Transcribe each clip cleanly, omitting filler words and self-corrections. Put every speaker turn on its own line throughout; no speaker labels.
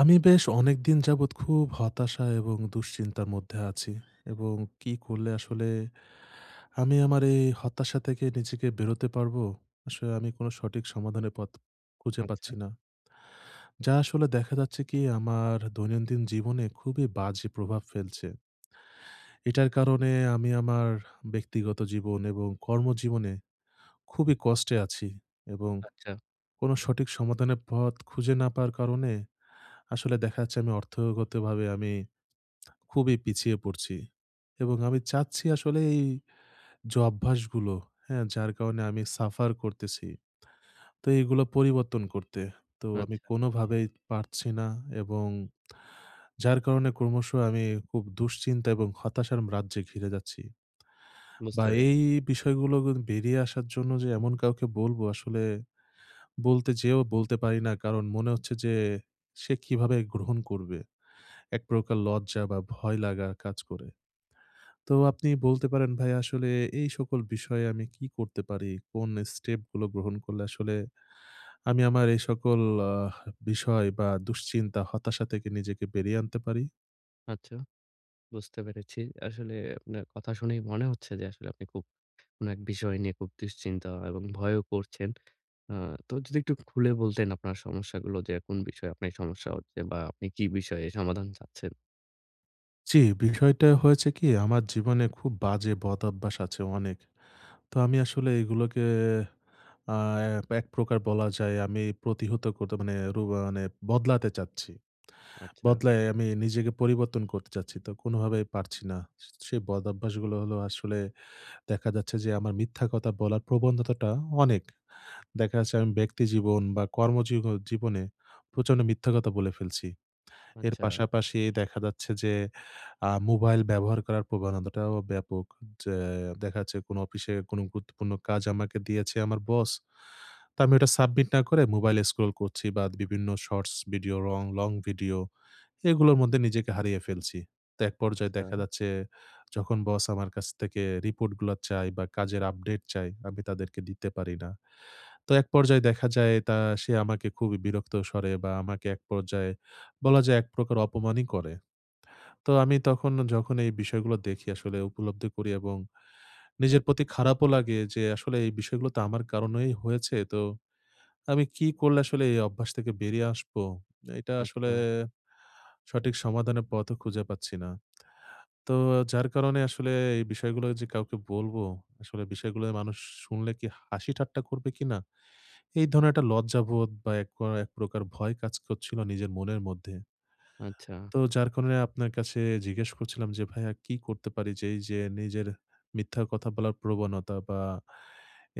আমি বেশ অনেকদিন যাবৎ খুব হতাশা এবং দুশ্চিন্তার মধ্যে আছি, এবং কি করলে আসলে আমি আমার এই হতাশা থেকে নিজেকে বেরোতে পারবো? আসলে আমি কোনো সঠিক সমাধানের পথ খুঁজে
আচ্ছা,
পাচ্ছি না। যা আসলে দেখা যাচ্ছে কি আমার দৈনন্দিন জীবনে খুবই বাজে প্রভাব ফেলছে। এটার কারণে আমি আমার ব্যক্তিগত জীবন এবং কর্মজীবনে খুবই কষ্টে আছি, এবং
আচ্ছা,
কোনো সঠিক সমাধানের পথ খুঁজে না পাওয়ার কারণে আসলে দেখা যাচ্ছে আমি অর্থগতভাবে আমি খুবই পিছিয়ে পড়ছি। এবং আমি চাচ্ছি আসলে এই যে অভ্যাসগুলো, হ্যাঁ? যার কারণে আমি সাফার করতেছি, তো এগুলো পরিবর্তন করতে। তো আমি
আচ্ছা।
কোনোভাবেই পারছি না, এবং যার কারণে ক্রমশ আমি খুব দুশ্চিন্তা এবং হতাশার রাজ্যে ঘিরে যাচ্ছি।
বুঝতে
বা
পেরেছি।
এই বিষয়গুলো বেরিয়ে আসার জন্য যে এমন কাউকে বলবো আসলে, বলতে যেয়েও বলতে পারি না। কারণ মনে হচ্ছে যে সে কিভাবে গ্রহণ করবে? এক প্রকার লজ্জা বা ভয় লাগা কাজ করে। তো আপনি বলতে পারেন, ভাই, আসলে এই সকল বিষয়ে আমি কি করতে পারি? কোন স্টেপ গুলো গ্রহণ করলে আসলে আমি আমার এই সকল আহ বিষয় বা দুশ্চিন্তা, হতাশা থেকে নিজেকে বেরিয়ে আনতে পারি?
আচ্ছা, বুঝতে পেরেছি। আসলে আপনার কথা শুনেই মনে হচ্ছে যে আসলে আপনি খুব কোনো এক বিষয় নিয়ে খুব দুশ্চিন্তা এবং ভয়ও করছেন। আ তো যদি একটু খুলে বলতেন আপনার সমস্যাগুলো যে কোন বিষয়ে আপনার সমস্যা হচ্ছে বা আপনি কি বিষয়ে সমাধান চাচ্ছেন?
জি, বিষয়টা হয়েছে কি আমার জীবনে খুব বাজে বদঅভ্যাস আছে অনেক। তো আমি আসলে এগুলোকে আ এক এক প্রকার বলা যায় আমি প্রতিহত করতে মানে বদলাতে চাচ্ছি।
আচ্ছা,
বদলায় আমি নিজেকে পরিবর্তন করতে চাচ্ছি। তো কোনোভাবেই পারছি না। সেই বদ অভ্যাসগুলো হলো আসলে দেখা যাচ্ছে যে আমার মিথ্যা কথা বলার প্রবণতাটা অনেক। দেখা যাচ্ছে আমি ব্যক্তিজীবন বা জীবনে প্রচন্ড মিথ্যা কথা বলে ফেলছি। এর
আচ্ছা,
পাশাপাশি দেখা যাচ্ছে যে মোবাইল ব্যবহার করার প্রবণতাটাও ব্যাপক। যে দেখা যাচ্ছে কোনো অফিসে কোনো গুরুত্বপূর্ণ কাজ আমাকে দিয়েছে আমার বস। তো আমি ওটা সাবমিট না করে মোবাইলে স্ক্রল করছি, বা বিভিন্ন শর্টস ভিডিও, রং লং ভিডিও, এগুলোর মধ্যে নিজেকে হারিয়ে ফেলছি। তো এক পর্যায়ে
আচ্ছা,
দেখা যাচ্ছে যখন বস আমার কাছ থেকে রিপোর্টগুলা চায় বা কাজের আপডেট চায়, আমি তাদেরকে দিতে পারি না। তো এক পর্যায়ে দেখা যায় সে আমাকে খুবই বিরক্ত স্বরে বা আমাকে এক পর্যায়ে বলা যায় এক প্রকার অপমানই করে। তো আমি তখন যখন এই বিষয়গুলো দেখি আসলে উপলব্ধি করি, এবং নিজের প্রতি খারাপও লাগে যে আসলে এই বিষয়গুলো তো আমার কারণেই হয়েছে। তো আমি কি করলে আসলে এই অভ্যাস থেকে বেরিয়ে আসবো? এটা আসলে
আচ্ছা,
সঠিক সমাধানের পথও খুঁজে পাচ্ছি না। তো যার কারণে আসলে এই বিষয়গুলো যে কাউকে বলবো, আসলে বিষয়গুলো মানুষ শুনলে কি হাসি ঠাট্টা করবে কিনা? এই ধরনের একটা লজ্জাবোধ বা এক প্রকার ভয় কাজ করছিল নিজের মনের মধ্যে।
আচ্ছা,
তো যার কারণে আপনার কাছে জিজ্ঞেস করছিলাম যে, "ভাইয়া, কি করতে পারি যে এই যে নিজের মিথ্যা কথা বলার প্রবণতা, বা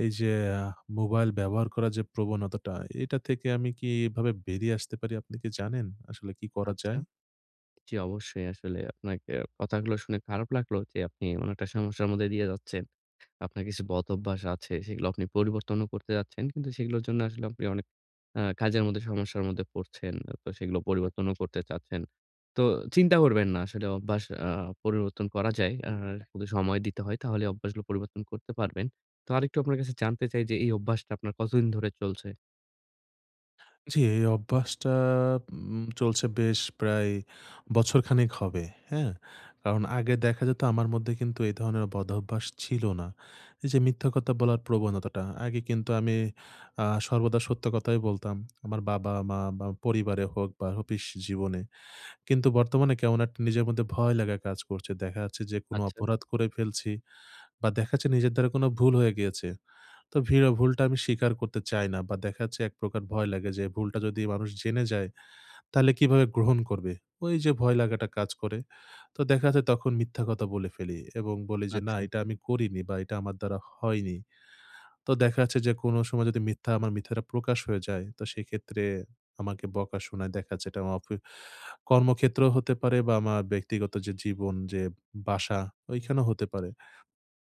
এই যে আ মোবাইল ব্যবহার করার যে প্রবণতাটা, এটা থেকে আমি কি এভাবে বেরিয়ে আসতে পারি?" আপনি কি জানেন আসলে কি করা
আচ্ছা।
যায়?
জি, অবশ্যই, আসলে আপনাকে কথাগুলো শুনে খারাপ লাগলো যে আপনি এমন একটা সমস্যার মধ্যে দিয়ে যাচ্ছেন। আপনার কিছু বদভ্যাস আছে সেগুলো আপনি পরিবর্তনও করতে যাচ্ছেন। কিন্তু সেগুলোর জন্য আসলে আপনি অনেক কাজের মধ্যে সমস্যার মধ্যে পড়ছেন। তো সেগুলো পরিবর্তনও করতে চাচ্ছেন। তো চিন্তা করবেন না। আসলে অভ্যাস পরিবর্তন করা যায়। শুধু সময় দিতে হয়, তাহলে অভ্যাসগুলো পরিবর্তন করতে পারবেন। তো আরেকটু আপনার কাছে জানতে চাই যে এই অভ্যাসটা আপনার কতদিন ধরে চলছে?
জি, এই অভ্যাসটা চলছে বেশ, প্রায় বছরখানেক হবে, হ্যাঁ? কারণ আগে দেখা যেত আমার মধ্যে কিন্তু এই ধরনের বদঅভ্যাস ছিল না। এই যে মিথ্যা কথা বলার প্রবণতাটা, আগে কিন্তু আমি সর্বদা সত্য কথাই বলতাম। আমার বাবা-মা বা পরিবারে হোক, বা অফিস জীবনে। কিন্তু বর্তমানে কেমন একটা নিজের মধ্যে ভয় লাগা কাজ করছে। দেখা যাচ্ছে যে কোনো
আচ্ছা,
অপরাধ করে ফেলছি, বা দেখা যাচ্ছে নিজের দ্বারা কোনো ভুল হয়ে গিয়েছে। তো ভুলটা আমি স্বীকার করতে চাই না, বা দেখা যাচ্ছে এক প্রকার ভয় লাগে যে ভুলটা যদি মানুষ জেনে যায় তাহলে কিভাবে গ্রহণ করবে? ওই যে ভয় লাগাটা কাজ করে। তো দেখা যাচ্ছে তখন মিথ্যা কথা বলে ফেলি এবং বলি যে, "না,
আচ্ছা।
এটা আমি করিনি বা এটা আমার দ্বারা হয়নি।" তো দেখা যাচ্ছে যে কোনো সময় যদি আমার মিথ্যাটা প্রকাশ হয়ে যায় তো সেক্ষেত্রে আমাকে বকা শোনায়। দেখা যাচ্ছে এটা আমার কর্মক্ষেত্রেও হতে পারে, বা আমার ব্যক্তিগত যে জীবন, যে বাসা, ওইখানেও হতে পারে।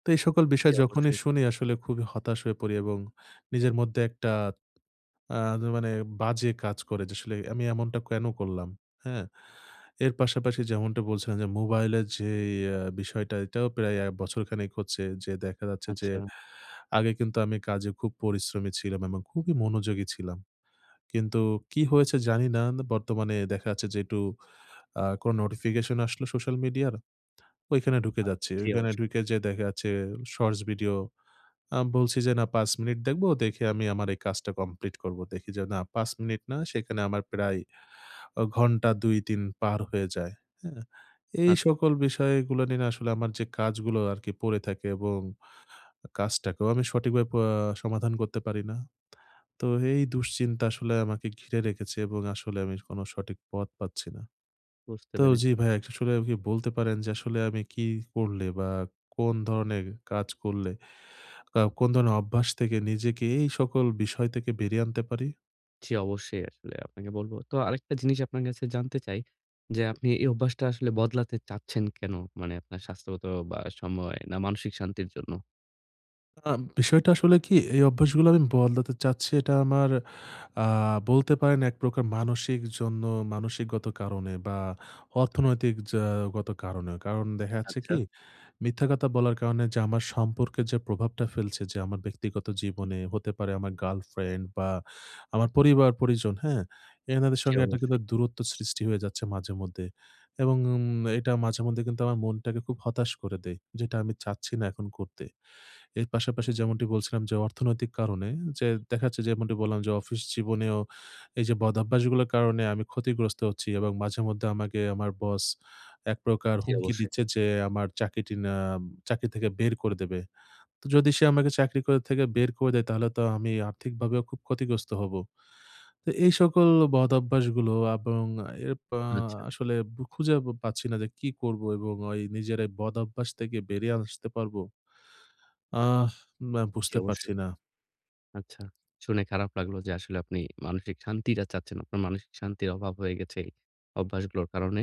তো এই সকল
জি,
বিষয় যখনই
অবশ্যই।
শুনি আসলে খুবই হতাশ হয়ে পড়ি, এবং নিজের মধ্যে একটা আ মানে বাজে কাজ করে যে আসলে আমি এমনটা কেন করলাম, হ্যাঁ? এর পাশাপাশি যেমনটা বলছিলেন যে মোবাইলের যে বিষয়টা, এটাও প্রায় বছরখানেক হচ্ছে যে দেখা যাচ্ছে যে
আচ্ছা।
আগে কিন্তু আমি কাজে খুব পরিশ্রমী ছিলাম এবং খুবই মনোযোগী ছিলাম। কিন্তু কি হয়েছে জানি না, বর্তমানে দেখা যাচ্ছে যে একটু কোনো নোটিফিকেশন আসলো সোশ্যাল মিডিয়ার, ওইখানে ঢুকে
আ
যাচ্ছি।
জি,
ওইখানে
অবশ্যই।
ঢুকে যেয়ে দেখা যাচ্ছে শর্টস ভিডিও, বলছি যে, "না, ৫ মিনিট দেখবো। দেখে আমি আমার এই কাজটা কমপ্লিট করব।" দেখি যে না, ৫ মিনিট না, সেখানে আমার প্রায় ঘন্টা ২-৩ পার হয়ে যায়। হ্যাঁ? এই
আচ্ছা,
সকল বিষয়গুলো নিয়ে না আসলে আমার যে কাজগুলো আরকি পড়ে থাকে, এবং কাজটাকেও আমি সঠিকভাবে সমাধান করতে পারি না। তো এই দুশ্চিন্তা আসলে আমাকে ঘিরে রেখেছে, এবং আসলে আমি কোনো সঠিক পথ পাচ্ছি না।
বুঝতে
তো জি,
পেরেছি।
ভাই, একটু আসলে আপনি বলতে পারেন যে আসলে আমি কি করলে, বা কোন ধরনের কাজ করলে, কোন ধরনের অভ্যাস থেকে নিজেকে এই সকল বিষয় থেকে বেরিয়ে আনতে পারি?
জি, অবশ্যই, আসলে আপনাকে বলব। তো আরেকটা জিনিস আপনার কাছে জানতে চাই যে, আপনি এই অভ্যাসটা আসলে বদলাতে চাচ্ছেন কেন? মানে আপনার স্বাস্থ্যগত বা সময় না মানসিক শান্তির জন্য?
আ বিষয়টা আসলে কি, এই অভ্যাসগুলো আমি বদলাতে চাচ্ছি এটা আমার, আ বলতে পারেন এক প্রকার মানসিকগত কারণে, বা অর্থনৈতিক গত কারণে। কারণ দেখা যাচ্ছে
আচ্ছা।
কি মিথ্যা কথা বলার কারণে, যে আমার সম্পর্কের যে প্রভাবটা ফেলছে, যে আমার ব্যক্তিগত জীবনে হতে পারে আমার গার্লফ্রেন্ড বা আমার পরিবার পরিজন, হ্যাঁ? এনাদের
জি,
সঙ্গে একটা কিন্তু
অবশ্যই,
দূরত্ব সৃষ্টি হয়ে যাচ্ছে মাঝে মধ্যে। এবং এটা মাঝে মধ্যে কিন্তু আমার মনটাকে খুব হতাশ করে দেয়। যেটা আমি চাচ্ছি না এখন করতে। এর পাশাপাশি যেমনটি বলছিলাম যে অর্থনৈতিক কারণে, যে দেখা যাচ্ছে যেমনটি বললাম যে অফিস জীবনেও এই যে বদভ্যাসগুলোর কারণে আমি ক্ষতিগ্রস্ত হচ্ছি, এবং মাঝে মধ্যে আমাকে আমার বস এক প্রকার
জি,
হুমকি
অবশ্যই।
দিচ্ছে যে আমার চাকরিটি, না, চাকরি থেকে বের করে দেবে। তো যদি সে আমাকে চাকরি করে থেকে বের করে দেয় তাহলে তো আমি আর্থিকভাবেও খুব ক্ষতিগ্রস্ত হব। তো এই সকল বদভ্যাসগুলো, এবং এর পা
আচ্ছা,
আসলে খুঁজে পাচ্ছি না যে কি করব, এবং ওই নিজের এই বদভ্যাস থেকে বেরিয়ে আসতে পারবো? আহ না,
জি,
বুঝতে পারছি
অবশ্যই।
না।
আচ্ছা। শুনে খারাপ লাগলো যে আসলে আপনি মানসিক শান্তিটা চাচ্ছেন। আপনার মানসিক শান্তির অভাব হয়ে গেছে এই অভ্যাসগুলোর কারণে।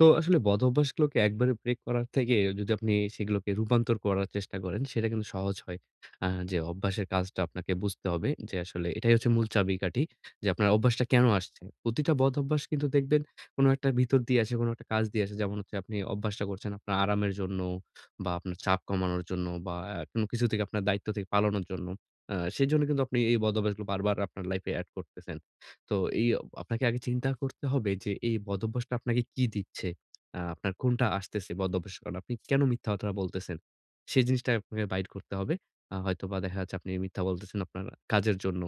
তো আসলে বদ অভ্যাসগুলোকে একবারে ব্রেক করার থেকে যদি আপনি সেগুলোকে রূপান্তর করার চেষ্টা করেন, সেটা কিন্তু সহজ হয়। যে অভ্যাসের কাজটা আপনাকে বুঝতে হবে যে আসলে এটাই হচ্ছে মূল চাবিকাঠি যে আপনার অভ্যাসটা কেন আসছে। প্রতিটা বদ অভ্যাস কিন্তু দেখবেন কোনো একটা ভিতর দিয়ে আসে, কোনো একটা কাজ দিয়ে আসে। যেমন হচ্ছে আপনি অভ্যাসটা করছেন আপনার আরামের জন্য বা আপনার চাপ কমানোর জন্য বা কোনো কিছু থেকে আপনার দায়িত্ব থেকে পালানোর জন্য। সেজন্য কিন্তু আপনি এই বদঅভ্যাসগুলো বারবার আপনার লাইফে এড করতেছেন। তো এই আপনাকে আগে চিন্তা করতে হবে যে এই বদভ্যাসটা আপনাকে কি দিচ্ছে? আপনার কোনটা আসতেছে বদভ্যাস, কারণ আপনি কেন মিথ্যা কথা বলতেছেন? সেই জিনিসটা আপনাকে বাইর করতে হবে। হয়তোবা দেখা যাচ্ছে আপনি মিথ্যা বলতেছেন আপনার কাজের জন্য।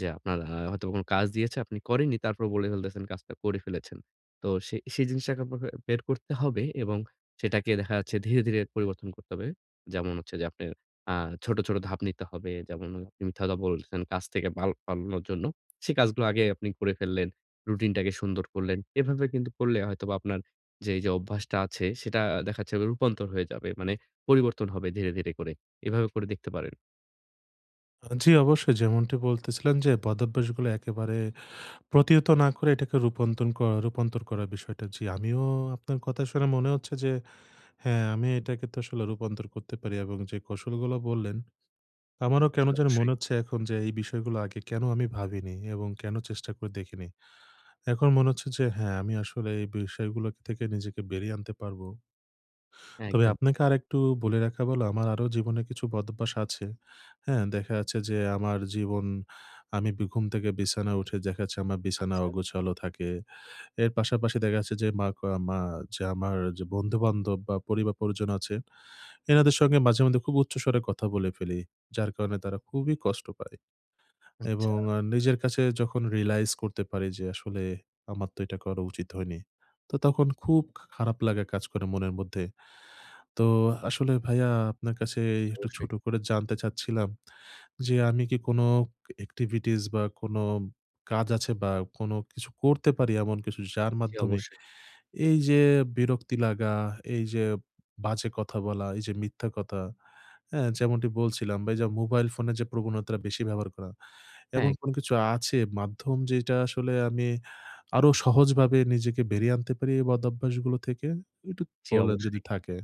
যে আপনার হয়তোবা কোনো কাজ দিয়েছে আপনি করেননি, তারপর বলে ফেলতেছেন কাজটা করে ফেলেছেন। তো সেই জিনিসটাকে আপনাকে বের করতে হবে এবং সেটাকে দেখা যাচ্ছে ধীরে, ধীরে পরিবর্তন করতে হবে। যেমন হচ্ছে যে আপনি আ ছোট, ছোট ধাপ নিতে হবে। যেমন আপনি মিথ্যা কথা বলছেন, কাজ থেকে পালানোর জন্য। সেই কাজগুলো আগে আপনি করে ফেললেন। রুটিনটাকে সুন্দর করলেন। এভাবে কিন্তু করলে হয়তোবা আপনার যে এই যে অভ্যাসটা আছে সেটা দেখা যাচ্ছে রূপান্তর হয়ে যাবে। মানে পরিবর্তন হবে ধীরে, ধীরে করে। এভাবে করে দেখতে পারেন।
জি, অবশ্যই, যেমনটি বলতেছিলেন যে বদভ্যাসগুলো একেবারে প্রতিহত না করে এটাকে রূপন্তন ক রূপান্তর করার বিষয়টা। জি, আমিও আপনার কথা শুনে মনে হচ্ছে যে হ্যাঁ, আমি এটাকে তো আসলে রূপান্তর করতে পারি, এবং যে কৌশলগুলো বললেন, আমারও কেন
জি,
জানি
অবশ্যই।
মনে হচ্ছে এখন যে এই বিষয়গুলো আগে কেন আমি ভাবিনি এবং কেন চেষ্টা করে দেখিনি। এখন মনে হচ্ছে যে হ্যাঁ, আমি আসলে এই বিষয়গুলো থেকে নিজেকে বেরিয়ে আনতে পারবো।
হ্যাঁ,
তবে
একদম।
আপনাকে আরেকটু বলে রাখা ভালো, আমার আরো জীবনে কিছু বদভ্যাস আছে। হ্যাঁ? দেখা যাচ্ছে যে আমার জীবন আমি বি ঘুম থেকে বিছানায় উঠে দেখা যাচ্ছে আমার বিছানা
আচ্ছা,
অগোছালো থাকে। এর পাশাপাশি দেখা যাচ্ছে যে মা ক মা যে আমার যে বন্ধু-বান্ধব বা পরিবার পরিজন আছে, এনাদের সঙ্গে মাঝে মধ্যে খুব উচ্চস্বরে কথা বলে ফেলি। যার কারণে তারা খুবই কষ্ট পায়।
আচ্ছা।
এবং নিজের কাছে যখন রিয়ালাইজ করতে পারি যে আসলে আমার তো এটা করা উচিত হয়নি। তো তখন খুব খারাপ লাগা কাজ করে মনের মধ্যে। তো আসলে ভাইয়া, আপনার কাছে
জি,
একটু
অবশ্যই,
ছোট করে জানতে চাচ্ছিলাম যে আমি কি কোনো এক্টিভিটিস, বা কোনো কাজ আছে, বা কোনো কিছু করতে পারি এমন কিছু যার
জি,
মাধ্যমে
অবশ্যই।
এই যে বিরক্তি লাগা, এই যে বাজে কথা বলা, এই যে মিথ্যা কথা, হ্যাঁ? যেমনটি বলছিলাম, বা এই যে মোবাইল ফোনের যে প্রবণতাটা বেশি ব্যবহার করা, এমন
হ্যাঁ,
কোনো কিছু আছে মাধ্যম যেটা আসলে আমি আরো সহজভাবে নিজেকে বেরিয়ে আনতে পারি এই বদঅভ্যাসগুলো থেকে? একটু
জি,
বলেন
অবশ্যই।
যদি থাকে।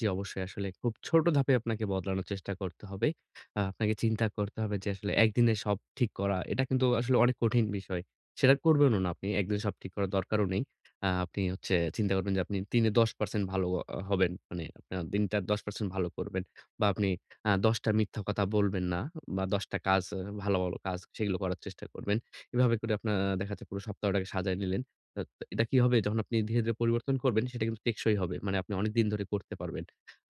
জি, অবশ্যই, আসলে খুব ছোট ধাপে আপনাকে বদলানোর চেষ্টা করতে হবে। আপনাকে চিন্তা করতে হবে যে আসলে একদিনে সব ঠিক করা এটা কিন্তু আসলে অনেক কঠিন বিষয়। সেটা করবেনও না আপনি। একদিনে সব ঠিক করার দরকারও নেই। আপনি হচ্ছে চিন্তা করবেন যে আপনি দিনে 10% ভালো হবেন। মানে আপনার দিনটা 10% ভালো করবেন। বা আপনি ১০ টা মিথ্যা কথা বলবেন না বা ১০ টা কাজ, ভালো, ভালো কাজ সেগুলো করার চেষ্টা করবেন। এভাবে করে আপনার দেখা যাচ্ছে পুরো সপ্তাহটাকে সাজায় নিলেন। আ এটা কি হবে, যখন আপনি ধীরে, ধীরে পরিবর্তন করবেন সেটা কিন্তু টেকসই হবে। মানে আপনি অনেকদিন ধরে করতে পারবেন।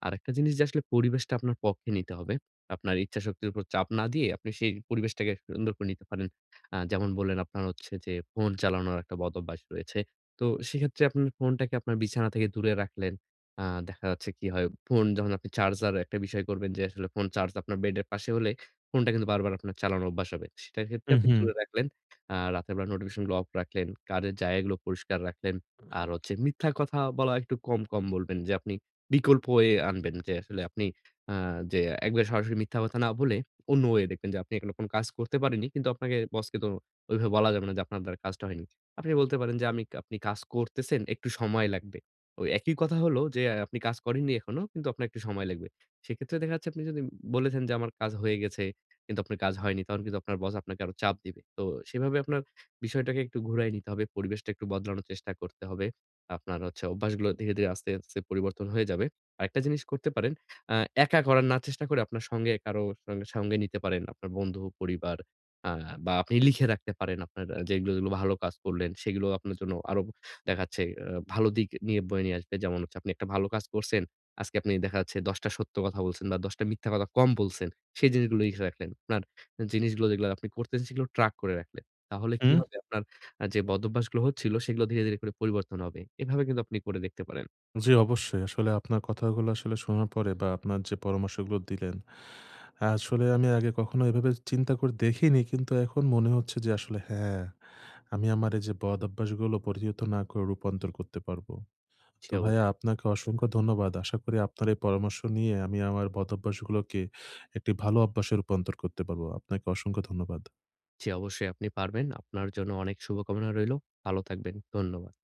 আরেকটা জিনিস যে আসলে পরিবেশটা আপনার পক্ষে নিতে হবে। আপনার ইচ্ছাশক্তির উপর চাপ না দিয়ে আপনি সেই পরিবেশটাকে সুন্দর করে নিতে পারেন। যেমন বললেন আপনার হচ্ছে যে ফোন চালানোর একটা বদ অভ্যাস রয়েছে। তো সেক্ষেত্রে আপনার ফোনটাকে আপনার বিছানা থেকে দূরে রাখলেন। আ দেখা যাচ্ছে কি হয়, ফোন যখন আপনি চার্জার একটা বিষয় করবেন যে আসলে ফোন চার্জ আপনার বেডের পাশে হলে ফোনটা কিন্তু বারবার আপনার চালানোর অভ্যাস হবে। সেটার ক্ষেত্রে
হুম,
আপনি হুম।
হুম।
দূরে রাখলেন। রাতের বেলা নোটিফিকেশন গুলো অফ রাখলেন। কাজের জায়গাগুলো পরিষ্কার রাখলেন। আর হচ্ছে মিথ্যা কথা বলা একটু কম, কম বলবেন, যে আপনি বিকল্প ওয়ে আনবেন যে আসলে আপনি আ যে একবারে সরাসরি মিথ্যা কথা না বলে অন্য ওয়ে দেখবেন যে আপনি এখনো কোনো কাজ করতে পারেননি। কিন্তু আপনাকে বসকে তো ওইভাবে বলা যাবে না যে আপনার দ্বারা কাজটা হয়নি। আপনি বলতে পারেন যে আমি আপনি কাজ করতেছেন, একটু সময় লাগবে। ওই একই কথা হলো যে আপনি কাজ করেননি এখনো, কিন্তু আপনার একটু সময় লাগবে। সেক্ষেত্রে দেখা যাচ্ছে আপনি যদি বলেছেন যে আমার কাজ হয়ে গেছে কিন্তু আপনার কাজ হয়নি, তখন কিন্তু আপনার বস আপনাকে আরো চাপ দিবে। তো সেভাবে আপনার বিষয়টাকে একটু ঘুরায় নিতে হবে। পরিবেশটা একটু বদলানোর চেষ্টা করতে হবে। আপনার হচ্ছে অভ্যাসগুলো ধীরে, ধীরে আস্তে, আস্তে পরিবর্তন হয়ে যাবে। আরেকটা জিনিস করতে পারেন, আ একা করার না চেষ্টা করে আপনার সঙ্গে কারো সঙ্গে, সঙ্গে নিতে পারেন। আপনার বন্ধু, পরিবার, আ বা আপনি লিখে রাখতে পারেন আপনার যেগুলো, যেগুলো ভালো কাজ করলেন সেগুলো আপনার জন্য আরো দেখাচ্ছে ভালো দিক নিয়ে বয়ে নিয়ে আসবে। যেমন হচ্ছে আপনি একটা ভালো কাজ করছেন। আজকে আপনি দেখা যাচ্ছে ১০ টা সত্য কথা বলছেন বা ১০ টা মিথ্যা কথা কম বলছেন। সেই জিনিসগুলো লিখে রাখলেন। আপনার জিনিসগুলো যেগুলো আপনি করতেছেন সেগুলো ট্র্যাক করে রাখলেন। তাহলে কি
হুম।
হবে আপনার, যে বদভ্যাসগুলো হচ্ছিল সেগুলো ধীরে, ধীরে করে পরিবর্তন হবে। এভাবে কিন্তু আপনি করে দেখতে পারেন।
জি, অবশ্যই। আসলে আপনার কথাগুলো আসলে শোনার পরে, বা আপনার যে পরামর্শগুলো দিলেন, আসলে আমি আগে কখনো এভাবে চিন্তা করে দেখিনি। কিন্তু এখন মনে হচ্ছে যে আসলে হ্যাঁ, আমি আমার এই যে বদ অভ্যাসগুলো পরিণত না করে রূপান্তর করতে পারবো।
জি,
তো ভাইয়া,
অবশ্যই,
আপনাকে অসংখ্য ধন্যবাদ। আশা করি আপনার এই পরামর্শ নিয়ে আমি আমার বদ অভ্যাসগুলোকে একটি ভালো অভ্যাসে রূপান্তর করতে পারবো। আপনাকে অসংখ্য ধন্যবাদ।
জি, অবশ্যই, আপনি পারবেন। আপনার জন্য অনেক শুভকামনা রইলো। ভালো থাকবেন। ধন্যবাদ।